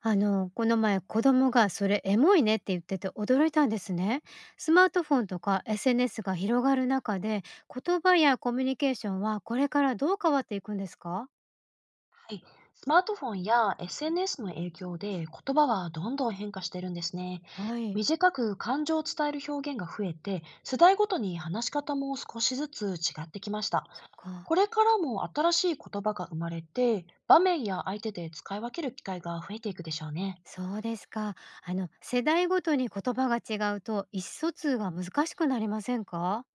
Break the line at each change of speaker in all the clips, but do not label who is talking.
この前子供がそれエモいねって言ってて驚いたんですね。スマートフォンとか SNS が広がる中で言葉やコミュニケーションはこれからどう変わっていくんですか？
はい、スマートフォンや SNS の影響で言葉はどんどん変化してるんですね。
はい。
短く感情を伝える表現が増えて、世代ごとに話し方も少しずつ違ってきました。
そっか。
これからも新しい言葉が生まれて、場面や相手で使い分ける機会が増えていくでしょうね。
そうですか。世代ごとに言葉が違うと意思疎通が難しくなりませんか？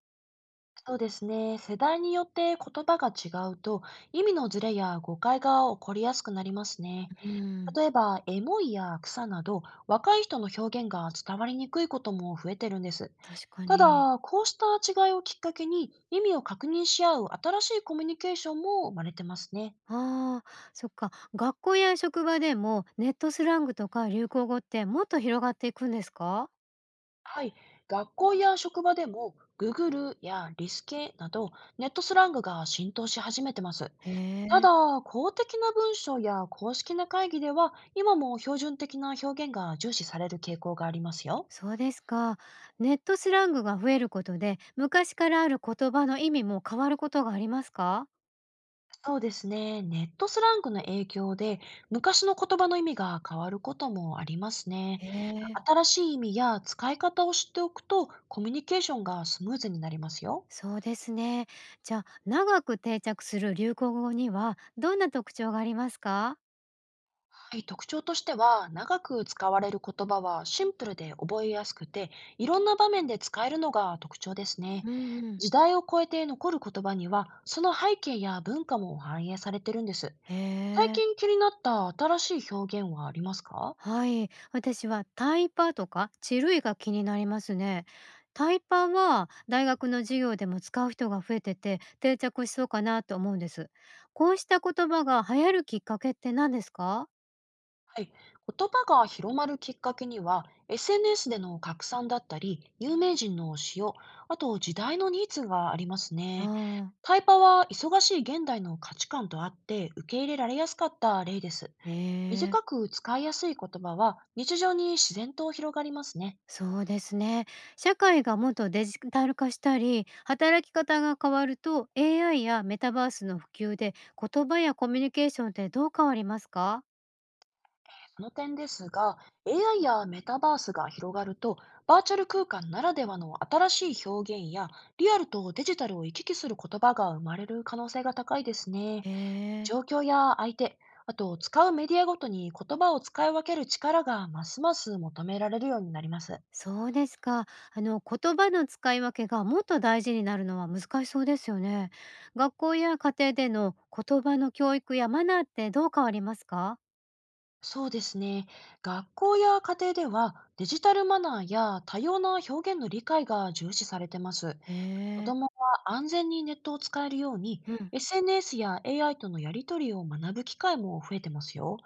そうですね。世代によって言葉が違うと、意味のズレや誤解が起こりやすくなりますね。
うん。
例えば、エモいや草など、若い人の表現が伝わりにくいことも増えてるんです。
確か
た
に。
だ、こうした違いをきっかけに、意味を確認し合う新しいコミュニケーションも生まれてますね。
ああ、そっか。学校や職場でもネットスラングとか流行語ってもっと広がっていくんですか？
はい。学校や職場でも、ググルやリスケなど、ネットスラングが浸透し始めてます。
へ
た
え。
だ、公的な文書や公式な会議では、今も標準的な表現が重視される傾向がありますよ。
そうですか。ネットスラングが増えることで、昔からある言葉の意味も変わることがありますか？
そうですね。ネットスラングの影響で、昔の言葉の意味が変わることもありますね。
へえ。
新しい意味や使い方を知っておくと、コミュニケーションがスムーズになりますよ。
そうですね。じゃあ、長く定着する流行語には、どんな特徴がありますか？
はい、特徴としては、長く使われる言葉はシンプルで覚えやすくて、いろんな場面で使えるのが特徴ですね。
うんうん。
時代を超えて残る言葉には、その背景や文化も反映されてるんです。
へ
最
え。
近気になった新しい表現はありますか？
はい。私はタイパとか地類が気になりますね。タイパは大学の授業でも使う人が増えてて定着しそうかなと思うんです。こうした言葉が流行るきっかけって何ですか？
はい、言葉が広まるきっかけには SNS での拡散だったり有名人の使用、あと時代のニーズがあります
あ
ね。
あー。
タイパは忙しい現代の価値観とあって受け入れられやすかった例です。
ええ、
短く使いやすい言葉は日常に自然と広がりますね。
そうですね。社会がもっとデジタル化したり、働き方が変わると、AI やメタバースの普及で、言葉やコミュニケーションってどう変わりますか？
その点ですが、 AI やメタバースが広がると、バーチャル空間ならではの新しい表現や、リアルとデジタルを行き来する言葉が生まれる可能性が高いですね。
ええ、
状況や相手、あと使うメディアごとに言葉を使い分ける力がますます求められるようになります。
そうですか。言葉の使い分けがもっと大事になるのは難しそうですよね。学校や家庭での言葉の教育やマナーってどう変わりますか？
そうですね。学校や家庭ではデジタルマナーや多様な表現の理解が重視されてます。
え
子ども
え。
は安全にネットを使えるように、
うん。
SNS や AI とのやり取りを学ぶ機会も増えてますよ。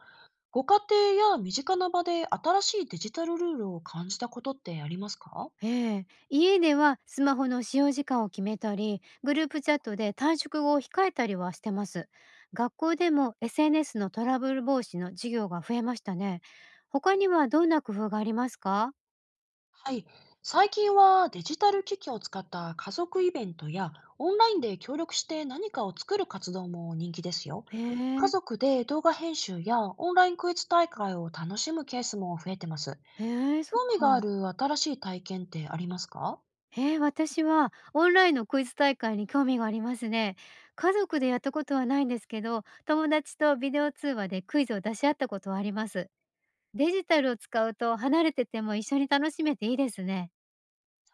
ご家庭や身近な場で新しいデジタルルールを感じたことってありますか？
ええ、家ではスマホの使用時間を決めたり、グループチャットで短縮語を控えたりはしてます。学校でも SNS のトラブル防止の授業が増えましたね。他にはどんな工夫がありますか？
はい。最近はデジタル機器を使った家族イベントや、オンラインで協力して何かを作る活動も人気ですよ。
へ
家
え、
族で動画編集やオンラインクイズ大会を楽しむケースも増えてます。
へえ、そっ
興味
か。
がある新しい体験ってありますか？
ええ、私はオンラインのクイズ大会に興味がありますね。家族でやったことはないんですけど、友達とビデオ通話でクイズを出し合ったことはあります。デジタルを使うと離れてても一緒に楽しめていいですね。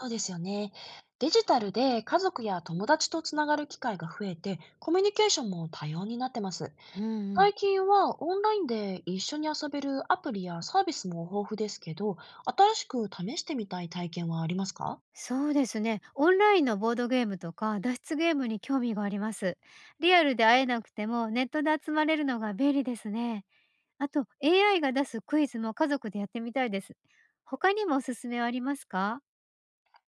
そうですよね。デジタルで家族や友達とつながる機会が増えて、コミュニケーションも多様になってます。
うんうん。
最近はオンラインで一緒に遊べるアプリやサービスも豊富ですけど、新しく試してみたい体験はありますか？
そうですね。オンラインのボードゲームとか脱出ゲームに興味があります。リアルで会えなくてもネットで集まれるのが便利ですね。あと AI が出すクイズも家族でやってみたいです。他にもおすすめはありますか？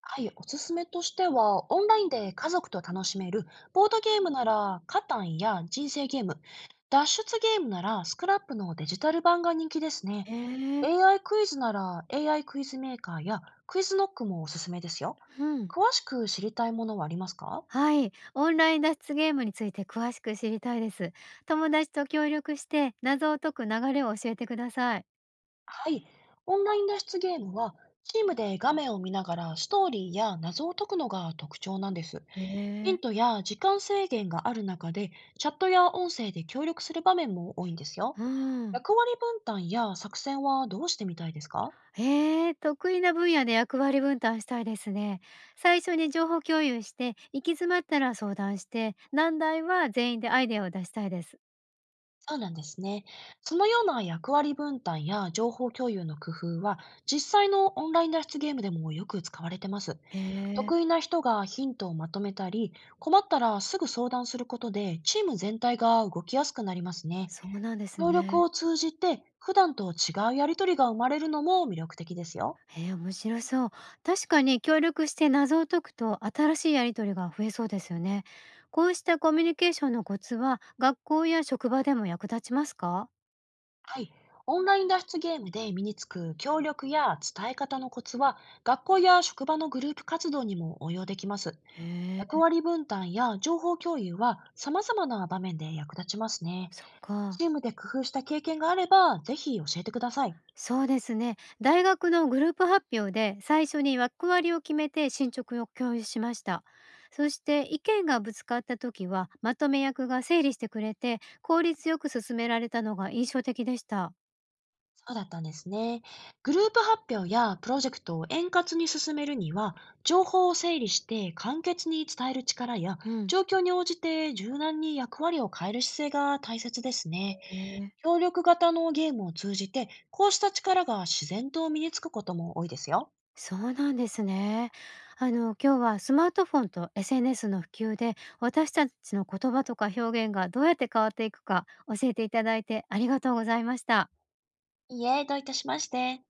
はい、おすすめとしては、オンラインで家族と楽しめるボードゲームならカタンや人生ゲーム、脱出ゲームならスクラップのデジタル版が人気ですね。
へえ、
AI クイズなら AI クイズメーカーやクイズノックもおすすめですよ。
うん。
詳しく知りたいものはありますか？
はい。オンライン脱出ゲームについて詳しく知りたいです。友達と協力して謎を解く流れを教えてください。
はい。オンライン脱出ゲームは、チームで画面を見ながらストーリーや謎を解くのが特徴なんです。
へ
ヒン
え、
トや時間制限がある中で、チャットや音声で協力する場面も多いんですよ。
うん。
役割分担や作戦はどうしてみたいですか？
へえ、得意な分野で役割分担したいですね。最初に情報共有して、行き詰まったら相談して、難題は全員でアイデアを出したいです。
そうなんですね。そのような役割分担や情報共有の工夫は、実際のオンライン脱出ゲームでもよく使われてます。
へえ、
得意な人がヒントをまとめたり、困ったらすぐ相談することで、チーム全体が動きやすくなりますね。
そうなんです
協力
ね。
を通じて、普段と違うやりとりが生まれるのも魅力的ですよ。
へえ、面白そう。確かに協力して謎を解くと新しいやりとりが増えそうですよね。こうしたコミュニケーションのコツは学校や職場でも役立ちますか？
はい。オンライン脱出ゲームで身につく協力や伝え方のコツは、学校や職場のグループ活動にも応用できます。
へ
役
え、
割分担や情報共有は様々な場面で役立ちますね。
そっか。
チームで工夫した経験があれば、ぜひ教えてください。
そうですね。大学のグループ発表で最初に役割を決めて進捗を共有しました。そして意見がぶつかった時はまとめ役が整理してくれて効率よく進められたのが印象的でした。
そうだったんですね。グループ発表やプロジェクトを円滑に進めるには、情報を整理して簡潔に伝える力や、
うん。
状況に応じて柔軟に役割を変える姿勢が大切ですね。
へえ、
協力型のゲームを通じて、こうした力が自然と身につくことも多いですよ。
そうなんですね。今日はスマートフォンと SNS の普及で私たちの言葉とか表現がどうやって変わっていくか教えていただいてありがとうございました。
いいえ、どういたしまして。